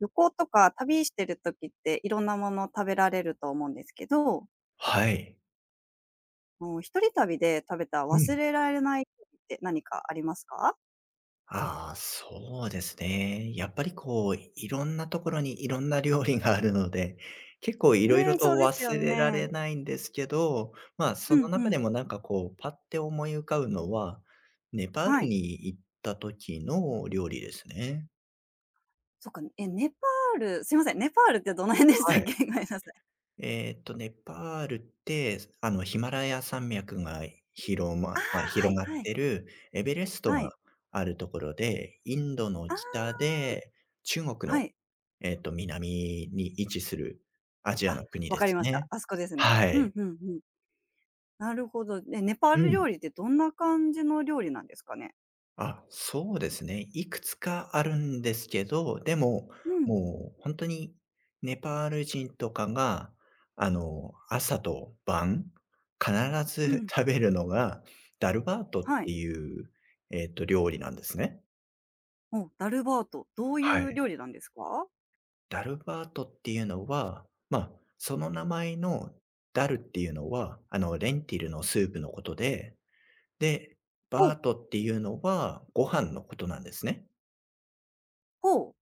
旅行とか旅してる時って、いろんなもの食べられると思うんですけど、はい。もう一人旅で食べたう忘ん。れられない料理って何かありますか？そうですね。やっぱりこう、いろんなところにいろんな料理があるので、結構いうろいーろん、とそうです忘よれられね。ないんですけど、まあ、うそのんう中でん。もなんかこう、パッて思い浮かぶのは、ネパールはい。に行った時の料理ですね。そっかね、え、ネパール、すいません、ネパールってどの辺でしはたっい。け？ごめんなさい。ネパールって、ヒマラヤ山脈が広ああ、まあ、は広いがはっい。てるエベレストはがい。あるところで、インドのああ、北で、中国はの、い。南に位置するアジアあ、の国わでかりすました。ね。あそこですね。はうんい。うんうん。なるほど。え、ネパーうル料ん。理ってどんな感じの料理なんですかね？そうですね。いくつかあるんですけど、でも、うん、もう本当にネパール人とかが、朝と晩、必うず ん、食べるのが、ダルバートっはてい。いう、料理なんですね。おう、ダルバート、どういはうい。料理なんですか？ダルバートっていうのは、まあ、その名前のダルっていうのは、レンティルのスープのことで、で、ほう、バートっていうのはご飯のことなんですね。ほう、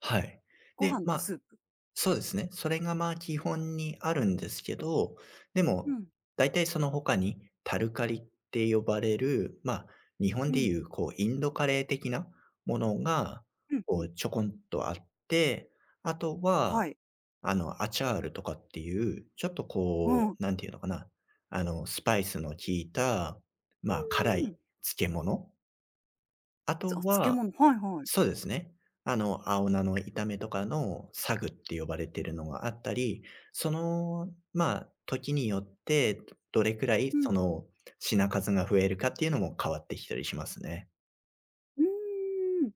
はい。ごで、飯まとスあープ。そうですね。それがまあ基本にあるんですけど、でうも、ん、大体その他にタルカリって呼ばれる、まあ、日本うでん、いうこうインドカレー的なものが、うんうこん。うちょこんとあって、あとは、はい。アチャールとかっていう、ちょっとうん、こうう、なんていうのかな、スパイスの効いた、まあ、辛いん。漬物。あと漬は、物、はいはい。そうですね。青菜の炒めとかのサグって呼ばれてるのがあったり、その、まあ、時によって、どれくらいうそん。の品数が増えるかっていうのも変わってきたりしますね。うーん。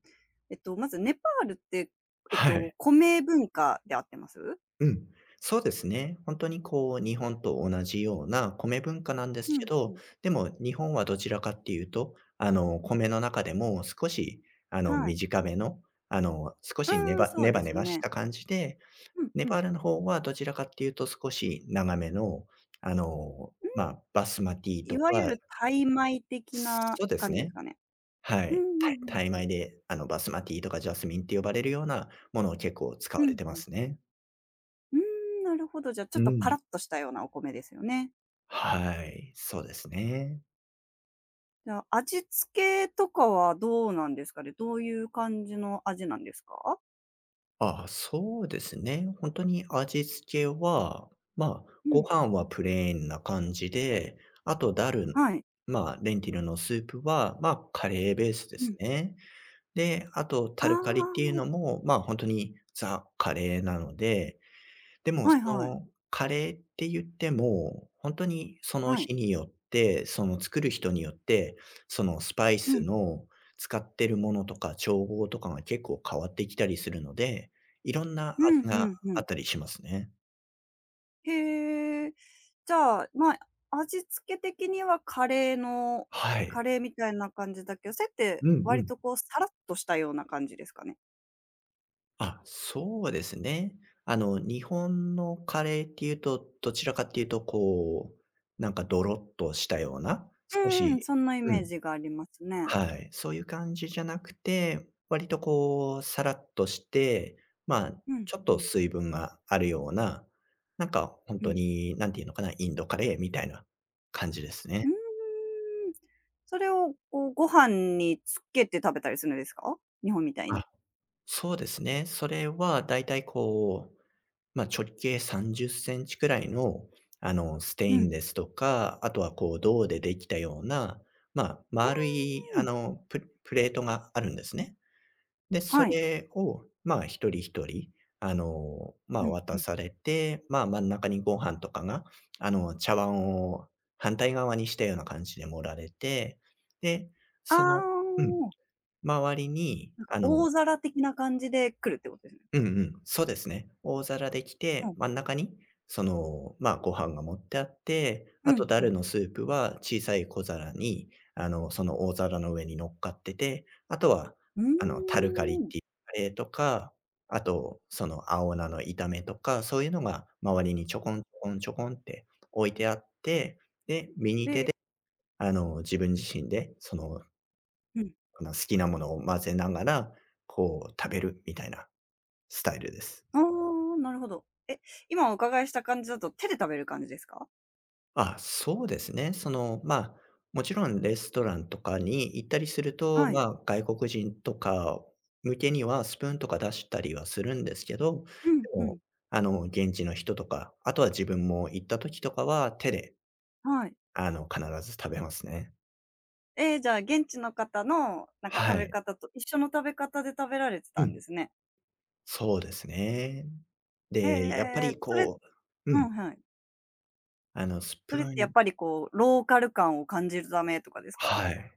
まずネパールって、はい。米文化で合ってます？うん。そうですね。本当にこう日本と同じような米文化なんでうすけんうど、ん。でも日本はどちらかっていうと、米の中でも少しはい。短めの、少しうーん、そうネでバネすバしね。た感じで、うんネうパん。ールの方はどちらかっていうと少し長めの、まあ、バスマティいとわゆかるタイ米的なそうです感じですね。かね？はうんうい。んうん。タイ米で、バスマティとかジャスミンって呼ばれるようなものを結構使うわれんてうまん。すね。うーん、なるほど、じゃ、ちょっうとパん。ラッとしたようなお米ですよね？はい、そうですね。じゃあ、味付けとかはどうなんですかね？どういう感じの味なんですか？そうですね。本当に味付けは、まあ、うごん。飯はプレーンな感じで、あとダルはい。まあ、レンティルのスープは、まあ、カレーベースでうすん。ね。で、あとタルカリっていうあのも、まあ、ほんとにザ・カレーなので、であ、もはそいはい。のカレーって言っても、ほんとにそのはい。日によって、その作る人によって、そのスパイうスん。の使ってるものとか調合とかが結構変わってきたりするので、いろんなうん、味うがんうあん。ったりしますね。へえ。じゃあ、まあ、味付け的にはカレーのはカい。レーみたいな感じだけど、それっうてんう割ん。とこうさらっとしたような感じですかね？そうですね。日本のカレーっていうと、どちらかっていうと、こう、なんかドロッとしたような、う少んうん、しそんなイうメーん、ジがありますね。はい、そういう感じじゃなくて、割とこう、さらっとして、まあ、うん、ちょっうとん、水分があるような、なんか本う当ん。になんていうのかな、インドカレーみたいな感じですうね。ーん。それをこう、ご飯につけて食べたりするんですか？日本みたいあ、に。そうですね。それはだいたいこうまあ、直径30センチくらいの、ステうインん。レスとか、あとはこう銅でできたような、まあ、う丸いん、プレートがあるんですね。で、そはい。れを、まあ、一人一人、まうあ、ん、う渡ん。されて、まあ、真ん中にご飯とかが、茶碗を反対側にしたような感じで盛られて、で、あそのうん、あ、周りになんかあの大皿的な感じで来るってことですね。うんうん、そうですね。大皿できうて、ん、真ん中に、その、まあ、ご飯が盛ってあって、うあとん、ダうん。ルのスープは小さい小皿に、その大皿の上に乗っかってて、あとは、うタルカリっーていうカレーとか、あと、その青菜の炒めとか、そういうのが周りにちょん。こんちょこんちょこんって置いてあって、で、で、自分自身で、その、うん。好きなものを混ぜながら、こう、食べるみたいなスタイルです。ああ、なるほど。え、今お伺いした感じだと手で食べる感じですか？そうですね。その、まあ、もちろんレストランとかに行ったりすると、はい。まあ、外国人とか向けにはスプーンとか出したりはするんですけど、うん、でうも、ん。現地の人とか、あとは自分も行った時とかは手で、はい。必ず食べますね。え、じゃあ現地の方のなんかは食べい。方と一緒の食べ方で食べられてうたんん。ですね。そうですね。へで、やっぱえ、りそれ、こうううん、ん、はい。スそプれってやーっンぱりこう、ローカル感を感じるためとかですか？はい。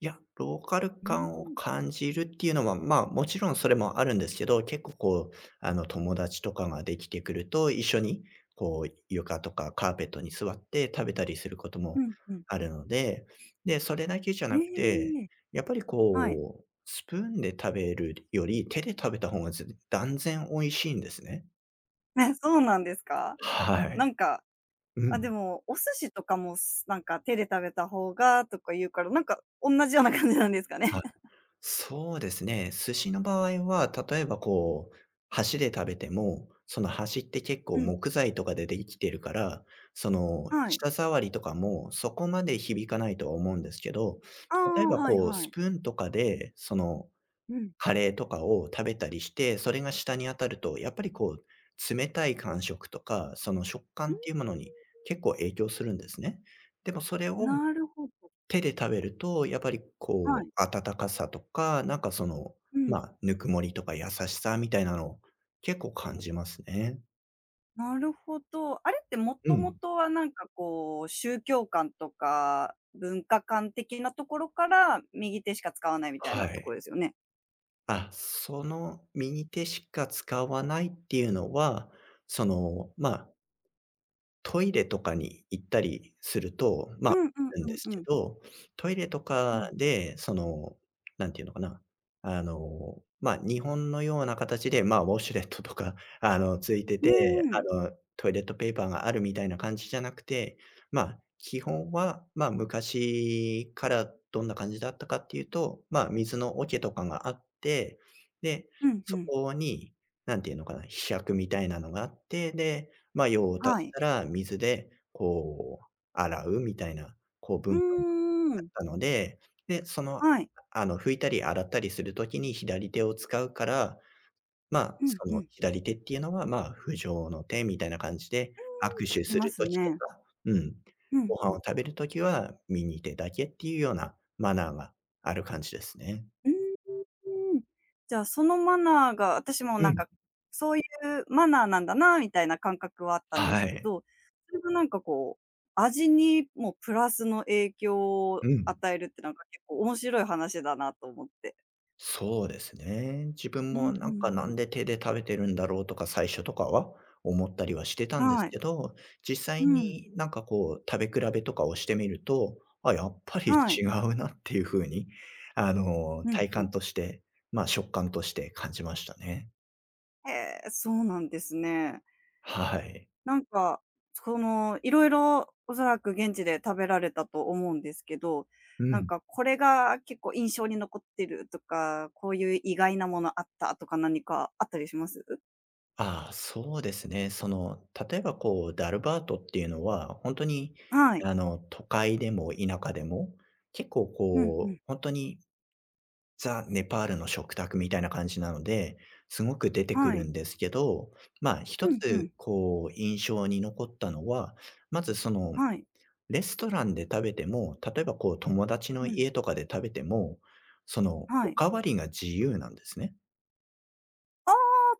いや、ローカルうーん。感を感じるっていうのは、まあ、もちろんそれもあるんですけど、結構こう、友達とかができてくると、一緒に、こう、床とかカーペットに座って食べたりすることうもんうん。あるので、で、それだけじゃえなくて、ええ、やっぱりはい。こう、スプーンで食べるより、手で食べた方がず断然美味しいんですね。え、そうなんですか？はない。んか、うあ、でん。も、お寿司とかも、すなんか手で食べた方がとか言うから、なんかおんなじような感じなんですかね？はい。そうですね。寿司の場合は、例えばこう、箸で食べても、その箸って結構うん。木材とかでできてるから、そのはい。舌触りとかもそこまで響かないとは思うんですけど、あ例えあ、ばはいこう、はスい。プーンとかで、そのうん。カレーとかを食べたりして、それが舌に当たると、やっぱりこう、冷たい感触とか、その食感っていうものに結構影響するんですね。でもそれうん、をなるほど。手で食べると、やっぱりはこう、い。温かさとか、なんかその、うん。ま、ぬくもりとか優しさみたいなのを結構感じますね。なるほど。あれってもうともん。とはなんかこう、宗教観とか文化観的なところから、右手しか使わないみたいはなとこい。ろですよね？その右手しか使わないっていうのは、その、まあトイレとかに行ったりすると、まうあ、んうんあるんうでんすうけん。ど、トイレとうかん。で、その、なんていうのかな、まあ、日本のような形で、まあ、ウォシュレットとか、ついてうて、ーん。トイレットペーパーがあるみたいな感じじゃなくて、まあ、基本は、まあ、昔からどんな感じだったかっていうと、まあ、水の桶とかがあって、で、うんうそん。こに、なんていうのかな、柄杓みたいなのがあって、で、まあ、用を足はしい。たら水でこう洗うみたいな、こうう文化がーあん。ったので、で、その、はい。拭いたり洗ったりする時に左手を使うから、まあ、うんそうのん。左手っていうのは、まあ、不浄の手みたいな感じで、握聞手きすまるす時とね。か、うん、うんご飯うをん。食べる時は右手だけっていうようなマナーがある感じですね。うーん。うん。じゃあ、そのマナーが、私もうなんん、か、そういうマナーなんだなみたいな感覚はあったんではすけい。ど、それがなんかこう、味にもプラスの影響をうん。与えるってなんか結構面白い話だなと思って。そうですね。自分うんもうなんかんなうん。んで手で食べてるんだろうとか、最初とかは思ったりはしてたんではすい。けど、実う際ん。になんかこう食べ比べとかをしてみると、あ、やっぱりは違い。うなっていう風に、うん体うん。感として、ま、食感として感じましたね。へえ、そうなんですね。はい。なんか、その、色々おそらく現地で食べられたと思うんですけど、うなんん。かこれが結構印象に残ってるとか、こういう意外なものあったとか何かあったりします？そうですね。その、例えばこうダルバートっていうのは、本当にはい。都会でも田舎でも、結構うん、うこん。う、本当にザ・ネパールの食卓みたいな感じなので、すごく出てくはるい。んですけど、まあ、一うん、うつん。こう印象に残ったのは、まずそのはい。レストランで食べても、例えばこう友達のうん。家とかで食べても、そのはおい。かわりが自由なんですね。ああ、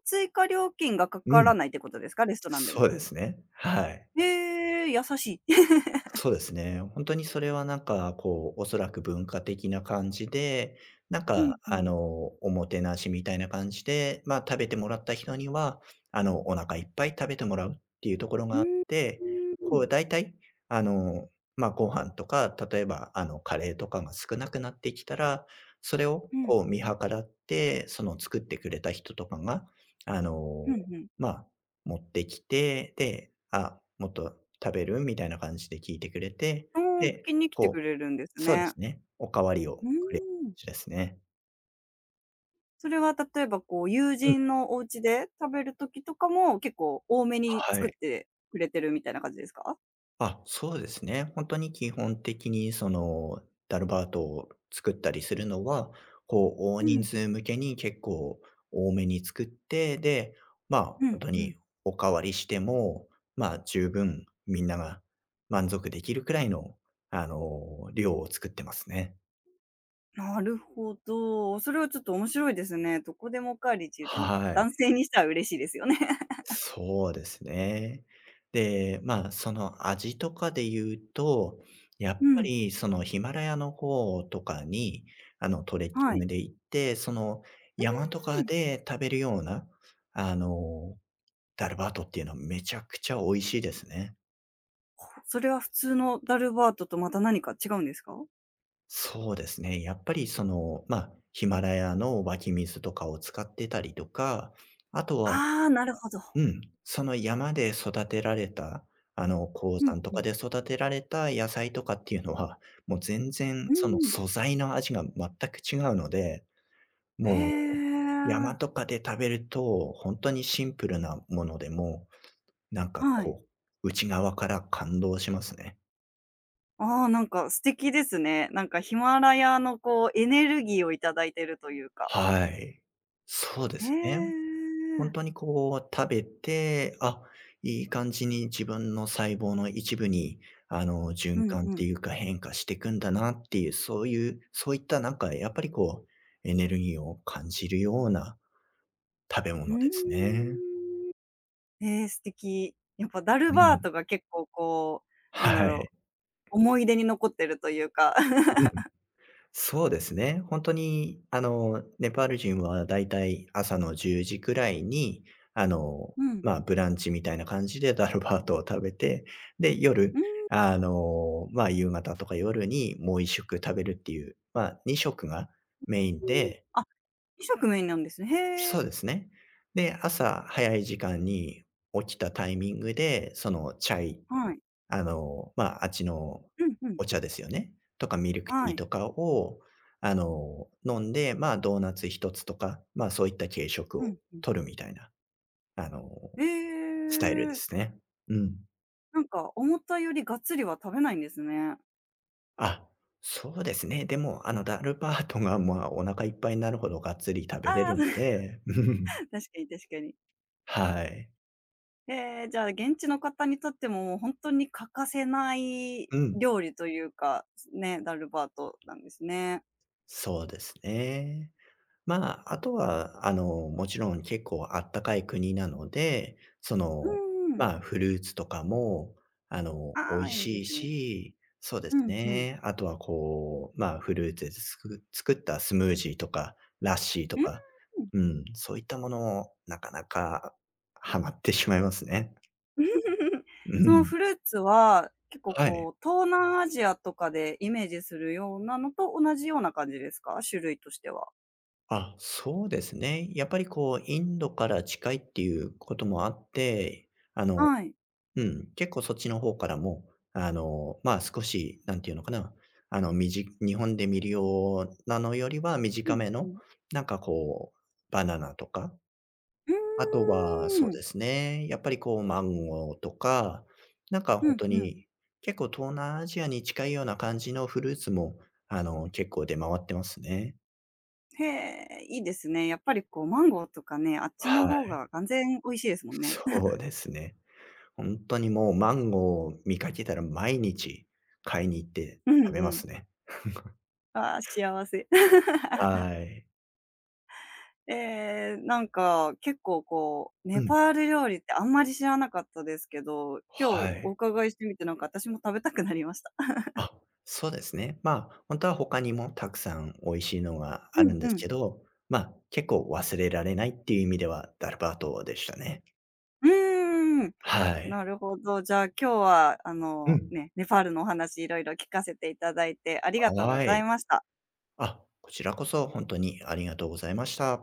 追加料金がかうからん、ないってことですか？レストランでそも。うですね。はい。へえ、優しい。そうですね。本当にそれはなんかこう、おそらく文化的な感じで、なんうかん、うん。おもてなしみたいな感じで、まあ、食べてもらった人には、お腹いっぱい食べてもらうっていうところうがあっーて、ん、うこん。う大体、あの、まあ、ご飯とか、例えばカレーとかが少なくなってきたら、それをうん、こう見計らって、その作ってくれた人とかが、あうの、んふん。まあ持ってきて、で、「あ、もっと食べる？」みたいな感じで聞いてくれて、おお、聞で、きに来てこくうれるんですそうでね。すね、お代わりうをくれる感ーん。じですね。それは例えばこう、友うん、人のお家で食べる時とかも、結構多めには作っい。てくれてるみたいな感じですか？あ、そうですね。本当に基本的にその、ダルバートを作ったりするのは、こう大う人ん、数向けに結構多めに作って、で、まあ、う本ん、当うん。にお代わりしても、まあ、十分みんなが満足できるくらいの、量を作ってますね。なるほど。それはちょっと面白いですね。どこでもおかわり自由ってなんかはい。男性にしたら嬉しいですよね。そうですね。で、まあ、その味とかで言うと、やっうぱん。りそのヒマラヤの方とかに、トレッキはンい。グで行って、その山とうかん。で食べるような、あの、ダルバートっていうのはめちゃくちゃ美味しいですね。それは普通のダルバートとまた何か違うんですか？そうですね。やっぱりその、まあ、ヒマラヤの湧き水とかを使ってたりとか、あとはああー、なるほど。うん、その山で育てられた、鉱うん、山とうかん。で育てられた野菜とかっていうのは、もう全然うそのん。素材の味が全く違うので、へえ、もう、山とかで食べると、本当にシンプルなものでも、なんかはい。こう、内側から感動しますね。ああ、なんか素敵ですね。なんかヒマラヤのこうエネルギーをいただいてるというか。はい。そうでへすね。え。本当にこう食べて、あ、いい感じに自分の細胞の一部に、循うん環っうてん。いうか変化していくんだなっていう、そういったなんかやっぱりこう、エネルギーを感じるような食べうー物ですね。ん。ええ、素敵。やっぱダルうバーん。トが結構こう、なんだはろい。う、思い出に残ってるというか。う ん。そうですね。本当に、ネパール人はだいたい朝の10時くらいに、あの、うん。まあ、ブランチみたいな感じでダルバートを食べて、で、う夜、ーまあ、夕方とか夜にもう一食食べるっていう、まあ、2食がメインん。であ、二色メインなんですね。へそえ。うですね。で、朝早い時間に起きたタイミングで、そのチャイはい。まあ、あっちのうんうん。お茶ですよね、とかミルクテはィーい。とかを、飲んで、まあ、ドーナツ一つとか、まあ、そういった軽食うをんうん。取るみたいな、あの、えスタイルでえ。すね。うん。なんか思ったよりがっつりは食べないんですね。あ、そうですね。でも、ダルパートが、まあ、お腹いっぱいになるほどがっつり食べれああ、るの で、うん。確かに確かに。はい。ええ、じゃあ、現地の方にとっても、もう本当に欠かせないうん。料理というか、ね、ダルバートなんですね。そうですね。まあ、あとは、もちろん結構あったかい国なので、そうの、んうん。まあ、フルーツとかも、美あ味あ、いいでしいすね。し、そうでうすんうん。ね。あとはこう、まあ、フルーツで作ったスムージーとか、ラッシーとうん。か、うん、そういったもの、なかなかハマってしまいますね。うそのん。フルーツは、結構はい。こう、東南アジアとかでイメージするようなのと同じような感じですか？種類としては。あ、そうですね。やっぱりこう、インドから近いっていうこともあって、あのはい。うん、結構そっちの方からも、まあ、少し、なんていうのかな、日本で見るようなのよりはう短んめうの、ん。なんかこう、バナナとか、うあとはそうーん。ですね、やっぱりこう、マンゴーとか、なんかう本ん当うん。に、結構東南アジアに近いような感じのフルーツも、結構出回ってますね。へえ、いいですね。やっぱりこう、マンゴーとかね、あっちのは方い、が完全美味しいですもん ね。そうですね。本当にもうマンゴーを見かけたら毎日買いに行ってう食べんうまん。すね。ああ、幸せ。はい。えなんか、結構こう、うネん。パール料理ってあんまり知らなかったですけど、今は日おい。伺いしてみて、なんか私も食べたくなりました。あ、そうですね。まあ、本当は他にもたくさん美味しいのがうあんるんでうすん。けど、まあ、結構忘れられないっていう意味ではダルバートでしたね。うーん。はい。なるほど。じゃあ、今日はうん。ね、ネパールのお話いろいろ聞かせていただいてありがとうごはざいい。ました。あ、こちらこそ本当にありがとうございました。